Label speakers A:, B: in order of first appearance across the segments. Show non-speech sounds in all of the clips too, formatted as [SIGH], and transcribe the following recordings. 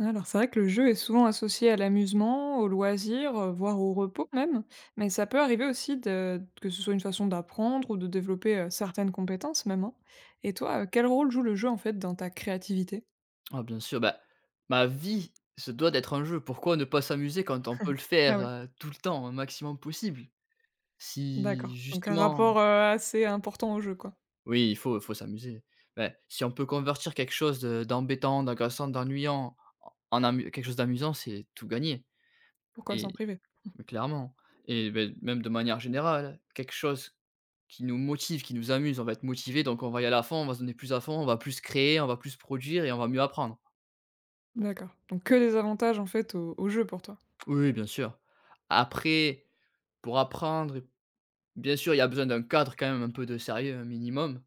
A: Alors, c'est vrai que le jeu est souvent associé à l'amusement, au loisir, voire au repos même, mais ça peut arriver aussi que ce soit une façon d'apprendre ou de développer certaines compétences même, hein. Et toi, quel rôle joue le jeu en fait dans ta créativité?
B: Ah bien sûr, bah, ma vie se doit d'être un jeu. Pourquoi ne pas s'amuser quand on peut le
A: Ah
B: faire,
A: ouais,
B: tout le temps, un maximum possible?
A: d'accord.
B: Si
A: Donc un
B: justement
A: rapport assez important au jeu, quoi.
B: oui, il faut s'amuser. Beh, si on peut convertir quelque chose de d'embêtant, d'agressant, d'ennuyant en en amu quelque chose d'amusant, c'est tout gagné.
A: Pourquoi s'en
B: et
A: priver?
B: mais clairement. Et beh, même de manière générale, quelque chose qui nous motive, qui nous amuse, on va être motivé, donc on va y aller à fond, on va se donner plus à fond, on va plus créer, on va plus produire et on va mieux apprendre.
A: D'accord. Donc que des avantages en fait au jeu pour toi.
B: Oui, oui, bien sûr. Après, pour apprendre, bien sûr, il y a besoin d'un cadre quand même, un peu de sérieux, un minimum.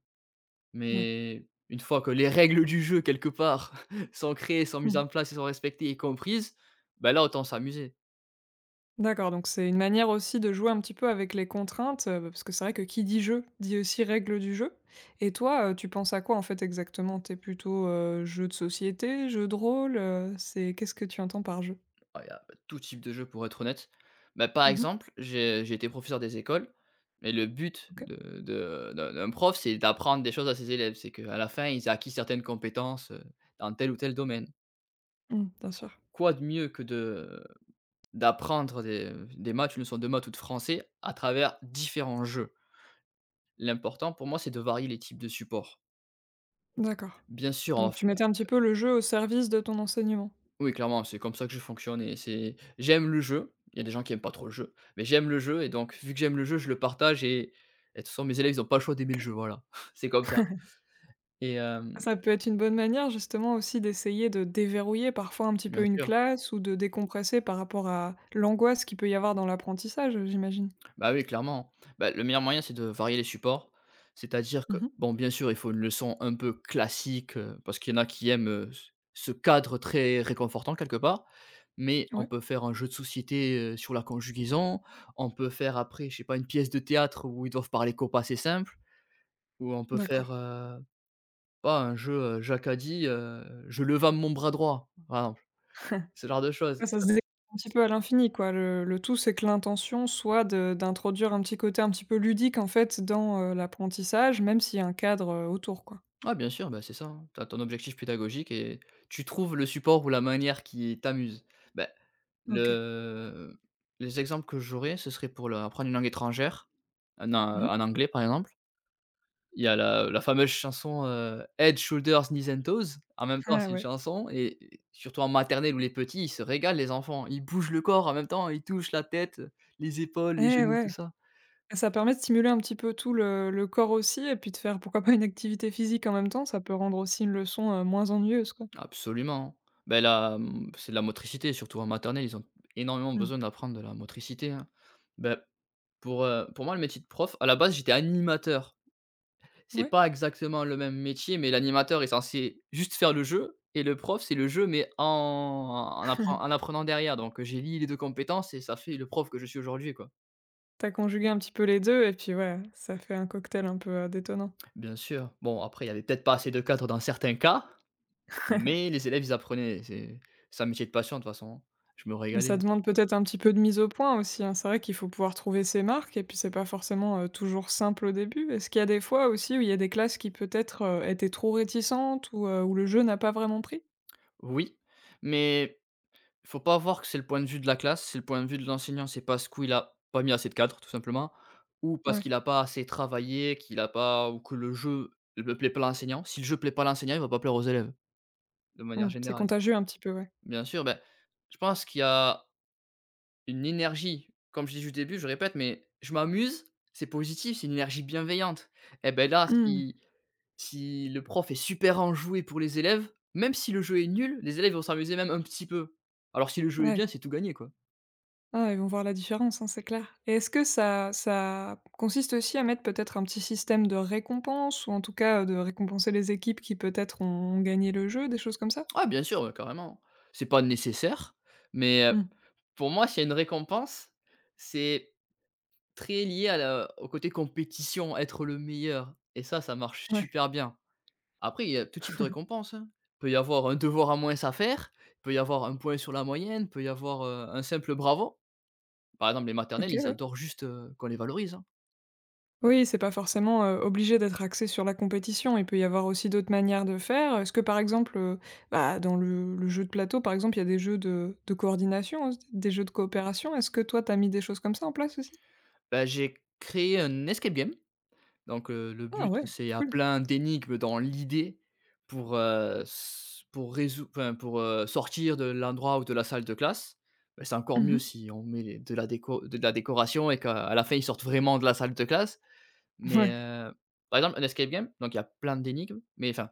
A: Ouais.
B: Mais une fois que les règles du jeu, quelque part, [LAUGHS] sont créées, sont mises en place et sont respectées et comprises, ben là, autant s'amuser.
A: D'accord, donc c'est une manière aussi de jouer un petit peu avec les contraintes, parce que c'est vrai que qui dit jeu, dit aussi règles du jeu. Et toi, tu penses à quoi en fait exactement? T'es plutôt, jeu de société, jeu de rôle, c'est qu'est-ce que tu entends par jeu?
B: Ah, il y a tout type de jeu, pour être honnête. Bah, par
A: Mmh.
B: exemple, j'ai été professeur des écoles. Et le but
A: OK.
B: d'un prof, c'est d'apprendre des choses à ses élèves. C'est qu'à la fin, ils aient acquis certaines compétences dans tel ou tel domaine.
A: Mmh, bien sûr.
B: Quoi de mieux que de D'apprendre des maths, une leçon de maths ou de français à travers différents jeux. L'important pour moi, c'est de varier les types de supports.
A: D'accord.
B: Bien sûr, en
A: Donc tu
B: f
A: mettais un petit peu le jeu au service de ton enseignement.
B: oui, clairement, c'est comme ça que je fonctionne et c'est j'aime le jeu, il y a des gens qui aiment pas trop le jeu, mais j'aime le jeu et donc vu que j'aime le jeu, je le partage et de toute façon mes élèves, ils ont pas le choix d'aimer le
A: OK.
B: jeu, voilà. [LAUGHS] C'est comme ça et hem,
A: Ça peut être une bonne manière justement aussi d'essayer de déverrouiller parfois un petit peu
B: Bien
A: une
B: sûr.
A: classe ou de décompresser par rapport à l'angoisse qu'il peut y avoir dans l'apprentissage, j'imagine?
B: Bah oui, clairement. Bah, le meilleur moyen, c'est de varier les supports. C'est-à-dire que,
A: Mmh.
B: bon, bien sûr, il faut une leçon un peu classique, parce qu'il y en a qui aiment, ce cadre très réconfortant quelque part. Mais on
A: Ouais,
B: peut faire un jeu de société, sur la conjugaison. On peut faire après, je sais pas, une pièce de théâtre où ils doivent parler qu'au c'est simple. Ou on peut
A: d'accord.
B: faire, pas un jeu, Jacques a dit, «Je le vame mon bras droit», par exemple.
A: [LAUGHS]
B: Ce genre de choses.
A: Ouais, ça se dé un petit peu à l'infini quoi. Le tout, c'est que l'intention soit de d'introduire un petit côté un petit peu ludique en fait dans, l'apprentissage, même s'il y a un cadre, autour quoi.
B: Ouais, bien sûr, bah, c'est ça, hein. Tu ton objectif pédagogique et tu trouves le support ou la manière qui t'amuse. Bah,
A: OK.
B: le les exemples que j'aurais, ce serait pour le apprendre une langue étrangère, en
A: Mmh.
B: en anglais, par exemple. Il y a la fameuse chanson, Head, Shoulders, Knees and Toes. En même temps,
A: Ah
B: c'est une
A: ouais.
B: chanson et surtout en maternelle où les petits, ils se régalent les enfants. Ils bougent le corps en même temps, ils touchent la tête, les épaules, les
A: Eh
B: genoux, tout
A: ouais!
B: ça.
A: Ça permet de stimuler un petit peu tout le corps aussi et puis de faire pourquoi pas une activité physique en même temps, ça peut rendre aussi une leçon, moins ennuyeuse quoi.
B: Absolument. Ben là, c'est de la motricité, surtout en maternelle, ils ont énormément
A: Mmh.
B: besoin d'apprendre de la motricité, hein. Beh, pour moi, le métier de prof, à la base, j'étais animateur. C'est
A: Ouais.
B: pas exactement le même métier, mais l'animateur est censé juste faire le jeu et le prof, c'est le jeu, mais en en appren en
A: [LAUGHS]
B: apprenant derrière. Donc, j'ai lié les 2 compétences et ça fait le prof que je suis aujourd'hui, quoi.
A: T'as conjugué un petit peu les 2, et puis ouais, ça fait un cocktail un peu, détonnant.
B: Bien sûr. Bon, après, il y avait peut-être pas assez de cadres dans certains cas, mais les élèves, ils apprenaient. C'est un métier de passion, de toute façon, hein. Je me
A: Mais ça
B: régalais.
A: demande peut-être un petit peu de mise au point aussi, hein. C'est vrai qu'il faut pouvoir trouver ses marques et puis c'est pas forcément, toujours simple au début. Est-ce qu'il y a des fois aussi où il y a des classes qui peut-être, étaient trop réticentes ou, où le jeu n'a pas vraiment pris?
B: Oui, mais faut pas voir que c'est le point de vue de la classe, c'est le point de vue de l'enseignant. C'est parce qu'il a pas mis assez de cadres, tout simplement, ou parce
A: Ouais,
B: qu'il a pas assez travaillé, qu'il a pas ou que le jeu ne plaît pas à l'enseignant. Si le jeu plaît pas à l'enseignant, il va pas plaire aux élèves, de
A: mmh,
B: manière
A: c'est
B: générale.
A: contagieux un petit peu, ouais.
B: Bien sûr, ben, je pense qu'il y a une énergie, comme je l'ai dit au début, je répète, mais je m'amuse, c'est positif, c'est une énergie bienveillante. Et ben là,
A: Mmh,
B: si le prof est super enjoué pour les élèves, même si le jeu est nul, les élèves vont s'amuser même un petit peu. Alors si le jeu est bien,
A: ouais.
B: c'est tout gagné, quoi.
A: Ah, ouais, ils vont voir la différence, hein, c'est clair. Et est-ce que ça consiste aussi à mettre peut-être un petit système de récompense ou en tout cas, de récompenser les équipes qui peut-être ont gagné le jeu, des choses comme ça?
B: Ah bien sûr, ouais, carrément. C'est pas nécessaire, mais
A: Mmh.
B: pour moi, s'il y a une récompense, c'est très lié à la au côté compétition, être le meilleur et ça marche
A: Ouais,
B: super bien. Après, il y a tout type de récompense, hein. Il peut y avoir un devoir à moins à faire, il peut y avoir un point sur la moyenne, il peut y avoir, un simple bravo. Par exemple, les
A: OK,
B: maternelles, ils
A: ouais.
B: adorent juste, qu'on les valorise, hein.
A: Oui, c'est pas forcément, obligé d'être axé sur la compétition. Il peut y avoir aussi d'autres manières de faire. Est-ce que par exemple, bah, dans le jeu de plateau, par exemple, il y a des jeux de coordination, des jeux de coopération? Est-ce que toi, t'as mis des choses comme ça en place aussi?
B: Bah, j'ai créé un escape game. Donc le
A: Ah
B: but,
A: ouais,
B: c'est à
A: cool.
B: plein d'énigmes dans l'idée pour, s pour résou enfin pour, sortir de l'endroit ou de la salle de classe. Bah, c'est encore mieux
A: Mmh.
B: si on met les de la décoration et qu'à à la fin, ils sortent vraiment de la salle de classe. Mais
A: Ouais.
B: par exemple, un escape game, donc il y a plein d'énigmes, mais enfin,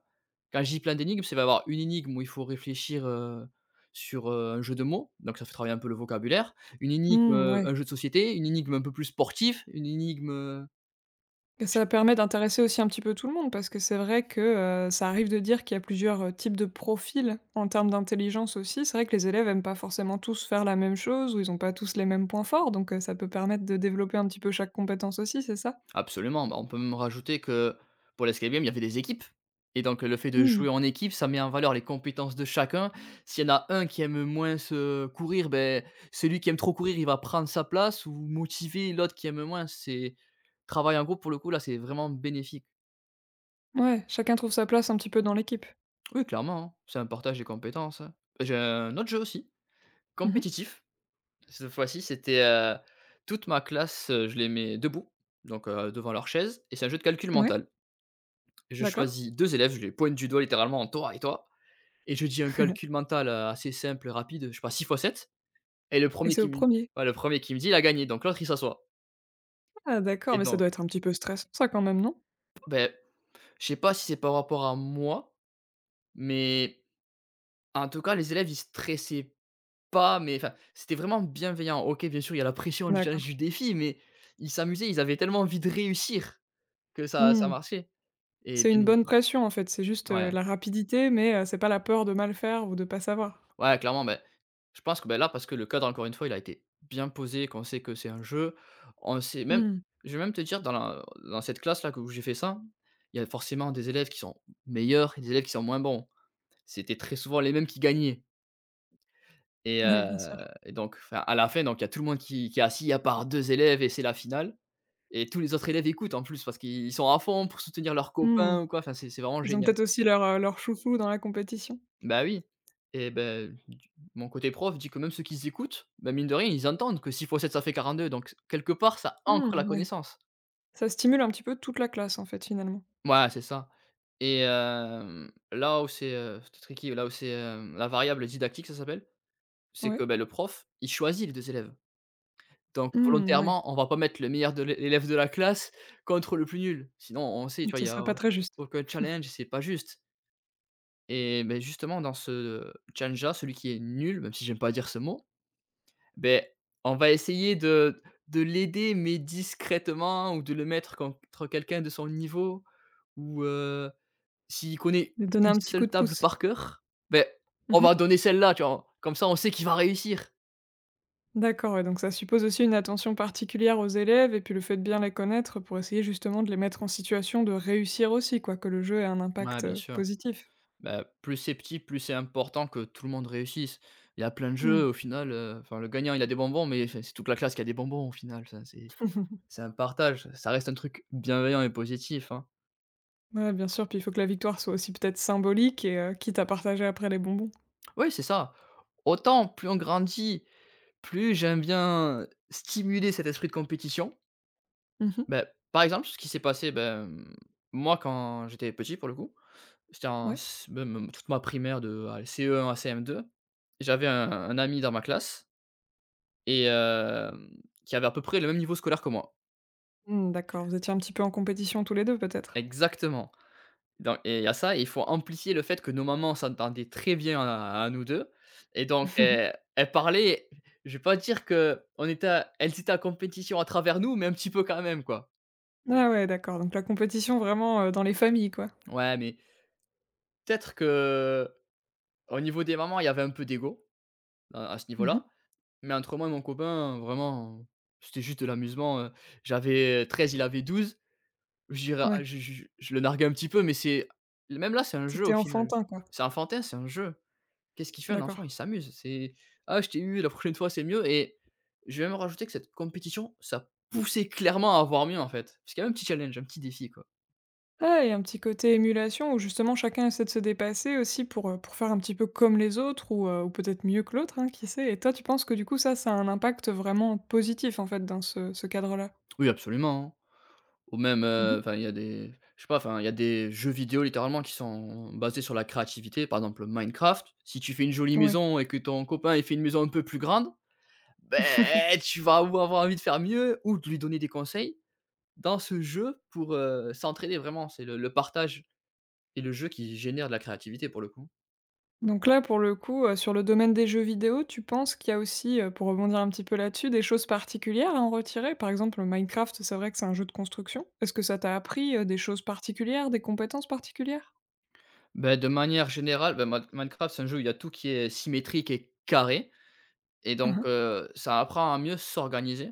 B: quand je dis plein d'énigmes, c'est va y avoir une énigme où il faut réfléchir, un jeu de mots, donc ça fait travailler un peu le vocabulaire. Une énigme,
A: Mmh, ouais.
B: un jeu de société, une énigme un peu plus sportive.
A: Et ça permet d'intéresser aussi un petit peu tout le monde, parce que c'est vrai que, ça arrive de dire qu'il y a plusieurs, types de profils en termes d'intelligence aussi. C'est vrai que les élèves aiment pas forcément tous faire la même chose ou ils n'ont pas tous les mêmes points forts, donc ça peut permettre de développer un petit peu chaque compétence aussi, c'est ça?
B: Absolument, bah, on peut même rajouter que pour l'escape game, il y avait des équipes et donc le fait de
A: Mmh.
B: jouer en équipe, ça met en valeur les compétences de chacun. S'il y en a un qui aime moins se courir, beh, celui qui aime trop courir, il va prendre sa place ou motiver l'autre qui aime moins. C'est travail en groupe pour le coup, là, c'est vraiment bénéfique.
A: Ouais, chacun trouve sa place un petit peu dans l'équipe.
B: Oui, clairement, hein, c'est un partage des compétences, hein. J'ai un autre jeu aussi,
A: Mmh.
B: compétitif. Cette fois-ci, c'était, toute ma classe, je les mets debout, donc devant leur chaise et c'est un jeu de calcul
A: Ouais,
B: mental. Je
A: d'accord
B: choisis 2 élèves, je les pointe du doigt littéralement: en «Toi et toi», et je dis un calcul mental, assez simple, rapide, je sais pas, 6 fois 7. Et le
A: et
B: premier
A: c'est
B: qui
A: au
B: me
A: premier.
B: Ouais, le premier qui me dit: «Il a gagné», donc l'autre il s'assoit
A: Ah d'accord,
B: et
A: mais ça doit
B: donc
A: être un petit peu stressant ça quand même, non?
B: beh, je sais pas si c'est par rapport à moi, mais en tout cas les élèves ils stressaient pas, mais enfin, c'était vraiment bienveillant. OK, bien sûr, il y a la pression du challenge,
A: D'accord.
B: du défi, mais ils s'amusaient, ils avaient tellement envie de réussir que ça
A: Mmh.
B: marchait et
A: C'est une
B: bien
A: bonne pression en fait, c'est juste,
B: ouais.
A: la rapidité mais c'est pas la peur de mal faire ou de pas savoir?
B: Ouais, clairement, mais je pense que, beh, là, parce que le cadre, encore une fois, il a été bien posé, qu'on sait que c'est un jeu. On sait même
A: Mmh.
B: Je vais même te dire dans la dans cette classe-là que où j'ai fait ça, il y a forcément des élèves qui sont meilleurs et des élèves qui sont moins bons. C'était très souvent les mêmes qui gagnaient et
A: Ouais, bien sûr.
B: heu et donc enfin, à la fin, donc il y a tout le monde qui est assis à part 2 élèves et c'est la finale, et tous les autres élèves écoutent, en plus, parce qu'ils sont à fond pour soutenir leurs
A: Mmh.
B: copains ou quoi. Enfin, c'est vraiment
A: Ils ont
B: génial.
A: peut-être aussi leur, leur chouchou dans la compétition.
B: Bah oui, et ben du mon côté prof dit que même ceux qui s'écoutent, bah, mine de rien, ils entendent que 6 fois 7 ça fait 42, donc quelque part ça ancre la
A: Mmh, ouais.
B: connaissance.
A: Ça stimule un petit peu toute la classe, en fait, finalement.
B: Ouais, c'est ça. Et hem, là où c'est, C'était tricky, là où c'est, hem, la variable didactique ça s'appelle, c'est
A: Ouais.
B: que, ben le prof, il choisit les 2 élèves, donc
A: Mmh, ouais.
B: volontairement, on va pas mettre le meilleur de l'élève de la classe contre le plus nul. Sinon on sait, tu vois, il
A: Ce
B: y a
A: serait pas très juste.
B: aucun challenge, c'est pas juste. Et beh, justement dans ce challenge là, celui qui est nul, même si j'aime pas dire ce mot, ben on va essayer de l'aider, mais discrètement, ou de le mettre contre quelqu'un de son niveau ou, s'il connaît
A: De donner
B: une
A: un petit coup
B: seule
A: de
B: table
A: pouce.
B: par cœur, ben on
A: Mmh.
B: va donner celle-là, tu vois? Comme ça, on sait qu'il va réussir.
A: D'accord, ouais, donc ça suppose aussi une attention particulière aux élèves et puis le fait de bien les connaître pour essayer justement de les mettre en situation de réussir aussi quoi, que le jeu ait un
B: Ouais,
A: impact,
B: bien sûr.
A: positif.
B: Bah, plus c'est petit, plus c'est important que tout le monde réussisse. Il y a plein de
A: Mmh.
B: jeux au final, enfin le gagnant il a des bonbons, mais enfin c'est toute la classe qui a des bonbons au final, ça c'est
A: [LAUGHS]
B: c'est un partage, ça reste un truc bienveillant et positif, hein.
A: Ouais, bien sûr, puis il faut que la victoire soit aussi peut-être symbolique et quitte à partager après les bonbons.
B: Oui, c'est ça. Autant plus on grandit. Plus j'aime bien stimuler cet esprit de compétition.
A: Mmh.
B: Ben, Par exemple, ce qui s'est passé, moi, quand j'étais petit, pour le coup, c'était en
A: Ouais.
B: s même, toute ma primaire de, allez, CE1 à CM2. J'avais un ami dans ma classe et qui avait à peu près le même niveau scolaire que moi.
A: Mmh, d'accord, vous étiez un petit peu en compétition tous les 2 peut-être?
B: Exactement. Dans et à ça, Il faut amplifier le fait que nos mamans s'entendaient très bien à nous deux, et donc
A: [LAUGHS]
B: elles parlaient. Je vais pas dire que on était à elles étaient en compétition à travers nous, mais un petit peu quand même, quoi.
A: Ah ouais, d'accord, donc la compétition vraiment, dans les familles, quoi?
B: Ouais, mais peut-être que au niveau des mamans, il y avait un peu d'ego, à ce
A: Mmh.
B: niveau-là, mais entre moi et mon copain, vraiment, c'était juste de l'amusement, J'avais 13, il avait 12. Je dirais ah
A: Ouais,
B: je je je le narguais un petit peu, mais c'est, même là, c'est un jeu au
A: c'était
B: final.
A: enfantin, quoi.
B: C'est enfantin, c'est un jeu. Qu'est-ce qu'il fait un
A: D'accord.
B: enfant? Il s'amuse. C'est: «Ah, je t'ai eu, la prochaine fois, c'est mieux.» Et je vais même rajouter que cette compétition, ça poussait clairement à avoir mieux, en fait. Parce qu'il y avait un petit challenge, un petit défi, quoi.
A: Ah, et un petit côté émulation où justement chacun essaie de se dépasser aussi pour faire un petit peu comme les autres ou peut-être mieux que l'autre, hein, qui sait? Et toi, tu penses que du coup ça, ça a un impact vraiment positif, en fait, dans ce cadre-là?
B: Oui, absolument, hein. Ou même,
A: Mmh.
B: enfin il y a des, je sais pas, enfin il y a des jeux vidéo littéralement qui sont basés sur la créativité. Par exemple, Minecraft, si tu fais une jolie
A: Ouais.
B: maison et que ton copain, il fait une maison un peu plus grande,
A: [LAUGHS]
B: ben tu vas ou avoir envie de faire mieux ou de lui donner des conseils dans ce jeu pour, s'entraider vraiment. C'est le partage et le jeu qui génère de la créativité pour le coup.
A: Donc là, pour le coup, sur le domaine des jeux vidéo, tu penses qu'il y a aussi, pour rebondir un petit peu là-dessus, des choses particulières à en retirer? Par exemple, Minecraft, c'est vrai que c'est un jeu de construction. Est-ce que ça t'a appris, des choses particulières, des compétences particulières?
B: Ben de manière générale, ben Minecraft, c'est un jeu où il y a tout qui est symétrique et carré, et
A: Hein
B: donc,
A: hein.
B: ça apprend à mieux s'organiser.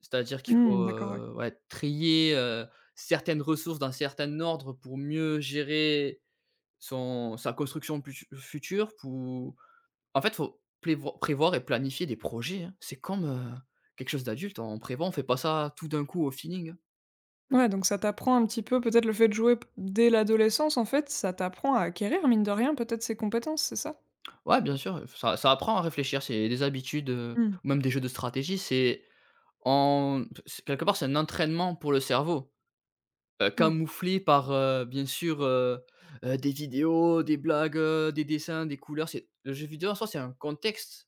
B: C'est-à-dire qu'il faut,
A: Mmh, d'accord, ouais.
B: ouais, trier, certaines ressources d'un certain ordre pour mieux gérer son sa construction putu future pour, en fait, il faut plévoi prévoir et planifier des projets, hein. C'est comme, quelque chose d'adulte, on prévoit, on fait pas ça tout d'un coup au feeling, hein.
A: Ouais, donc ça t'apprend un petit peu, peut-être le fait de jouer p dès l'adolescence, en fait, ça t'apprend à acquérir, mine de rien, peut-être ces compétences, c'est ça?
B: Ouais, bien sûr, ça apprend à réfléchir, c'est des habitudes,
A: Mmh,
B: ou même des jeux de stratégie, c'est en c'est quelque part, c'est un entraînement pour le cerveau.
A: ouais.
B: Camouflé par, bien sûr, des vidéos, des blagues, des dessins, des couleurs. C'est le jeu vidéo en soi, c'est un contexte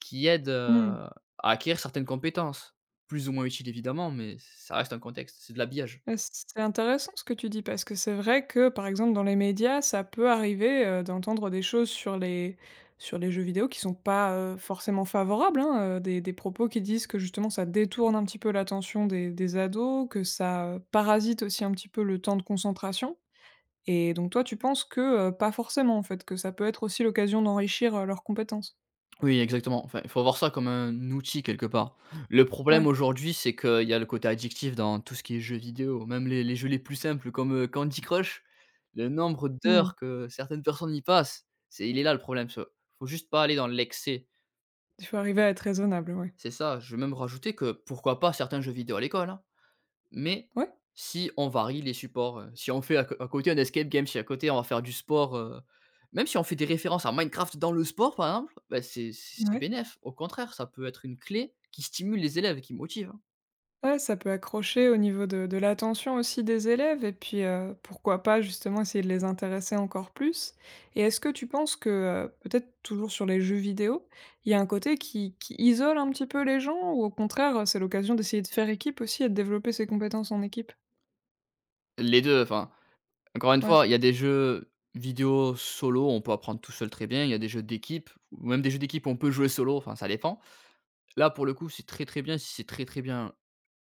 B: qui aide,
A: Mmh.
B: à acquérir certaines compétences. Plus ou moins utiles évidemment, mais ça reste un contexte, c'est de l'habillage.
A: C'est intéressant ce que tu dis parce que c'est vrai que, par exemple, dans les médias, ça peut arriver, d'entendre des choses sur les jeux vidéo qui sont pas, forcément favorables, hein, des propos qui disent que justement ça détourne un petit peu l'attention des ados, que ça, parasite aussi un petit peu le temps de concentration et donc toi tu penses que, pas forcément en fait, que ça peut être aussi l'occasion d'enrichir, leurs compétences?
B: Oui, exactement, enfin, il faut voir ça comme un outil quelque part. Le problème
A: Ouais.
B: aujourd'hui, c'est qu'il y a le côté addictif dans tout ce qui est jeux vidéo, même les jeux les plus simples comme, Candy Crush, le nombre
A: Mmh.
B: d'heures que certaines personnes y passent, c'est, il est là le problème, se faut juste pas aller dans l'excès.
A: Il faut arriver à être raisonnable, ouais.
B: C'est ça, je vais même rajouter que pourquoi pas certains jeux vidéo à l'école, hein, mais
A: Ouais.
B: si on varie les supports, si on fait à côté un escape game, si à côté on va faire du sport, même si on fait des références à Minecraft dans le sport par exemple, bah, c'est c'est
A: Ouais.
B: bénef. Au contraire, ça peut être une clé qui stimule les élèves et qui motive, hein.
A: Ouais, ça peut accrocher au niveau de l'attention aussi des élèves et puis, pourquoi pas justement essayer de les intéresser encore plus? Et est-ce que tu penses que, peut-être toujours sur les jeux vidéo, il y a un côté qui isole un petit peu les gens ou au contraire, c'est l'occasion d'essayer de faire équipe aussi et de développer ses compétences en équipe?
B: Les deux. Enfin, encore une
A: Ouais,
B: fois, il y a des jeux vidéo solo, on peut apprendre tout seul très bien, il y a des jeux d'équipe, ou même des jeux d'équipe on peut jouer solo, enfin ça dépend. Là pour le coup, c'est très, très bien, si c'est très, très bien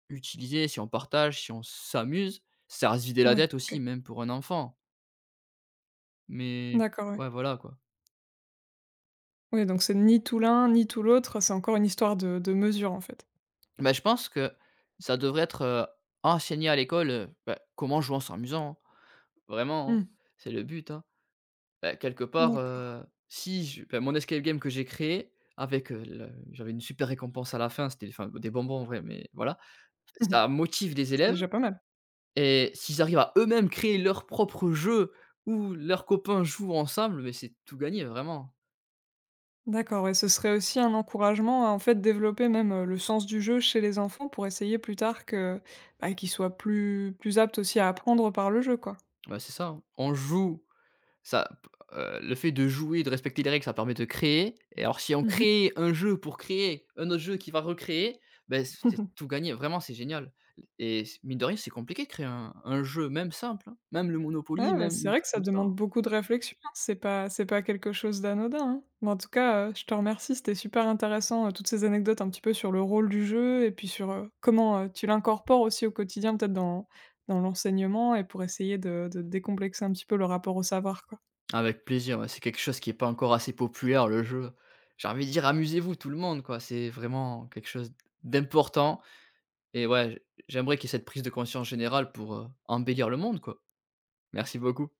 B: utiliser, si on partage, si on s'amuse, ça reste vider la
A: ouais,
B: tête aussi,
A: OK.
B: même pour un enfant. Mais
A: D'accord, ouais.
B: ouais, voilà, quoi.
A: Oui, donc c'est ni tout l'un, ni tout l'autre, c'est encore une histoire de mesure en fait.
B: Bah, je pense que ça devrait être, enseigné à l'école, bah, comment jouer en s'amusant, hein.
A: Mmh,
B: Vraiment, hein, c'est le but, hein. Bah, quelque part,
A: d'accord.
B: si je bah, mon escape game que j'ai créé avec, le j'avais une super récompense à la fin, c'était, enfin, des bonbons en vrai, mais voilà.
A: [LAUGHS]
B: Ça motive les
A: C'est
B: élèves,
A: déjà pas mal.
B: et s'ils arrivent à eux-mêmes créer leur propre jeu où leurs copains jouent ensemble, mais c'est tout gagné, vraiment.
A: D'accord et ce serait aussi un encouragement à, en fait, développer même, le sens du jeu chez les enfants pour essayer plus tard que, bah, qu'ils soient plus aptes aussi à apprendre par le jeu, quoi.
B: Bah, c'est ça, hein. On joue, ça p le fait de jouer, de respecter les règles, ça permet de créer, et alors si on
A: Mmh.
B: crée un jeu pour créer un autre jeu qui va recréer, ben c'est
A: [LAUGHS]
B: tout gagné. Vraiment, c'est génial, et s mine de rien, c'est compliqué de créer un jeu, même simple, hein. Même le
A: Ouais,
B: Monopoly,
A: bah,
B: même
A: c'est
B: des
A: vrai que
B: trucs
A: ça
B: comme ça,
A: demande
B: hein.
A: beaucoup de réflexion, hein, c'est pas quelque chose d'anodin, hein. Mais en tout cas, je te remercie, c'était super intéressant, toutes ces anecdotes un petit peu sur le rôle du jeu et puis sur, comment, tu l'incorpores aussi au quotidien peut-être dans l'enseignement et pour essayer de décomplexer un petit peu le rapport au savoir, quoi.
B: Avec plaisir, ouais, c'est quelque chose qui est pas encore assez populaire, le jeu. J'ai envie de dire: «Amusez-vous tout le monde», quoi. C'est vraiment quelque chose d'important, et ouais, j'aimerais qu'il y ait cette prise de conscience générale pour, embellir le monde, quoi. Merci beaucoup.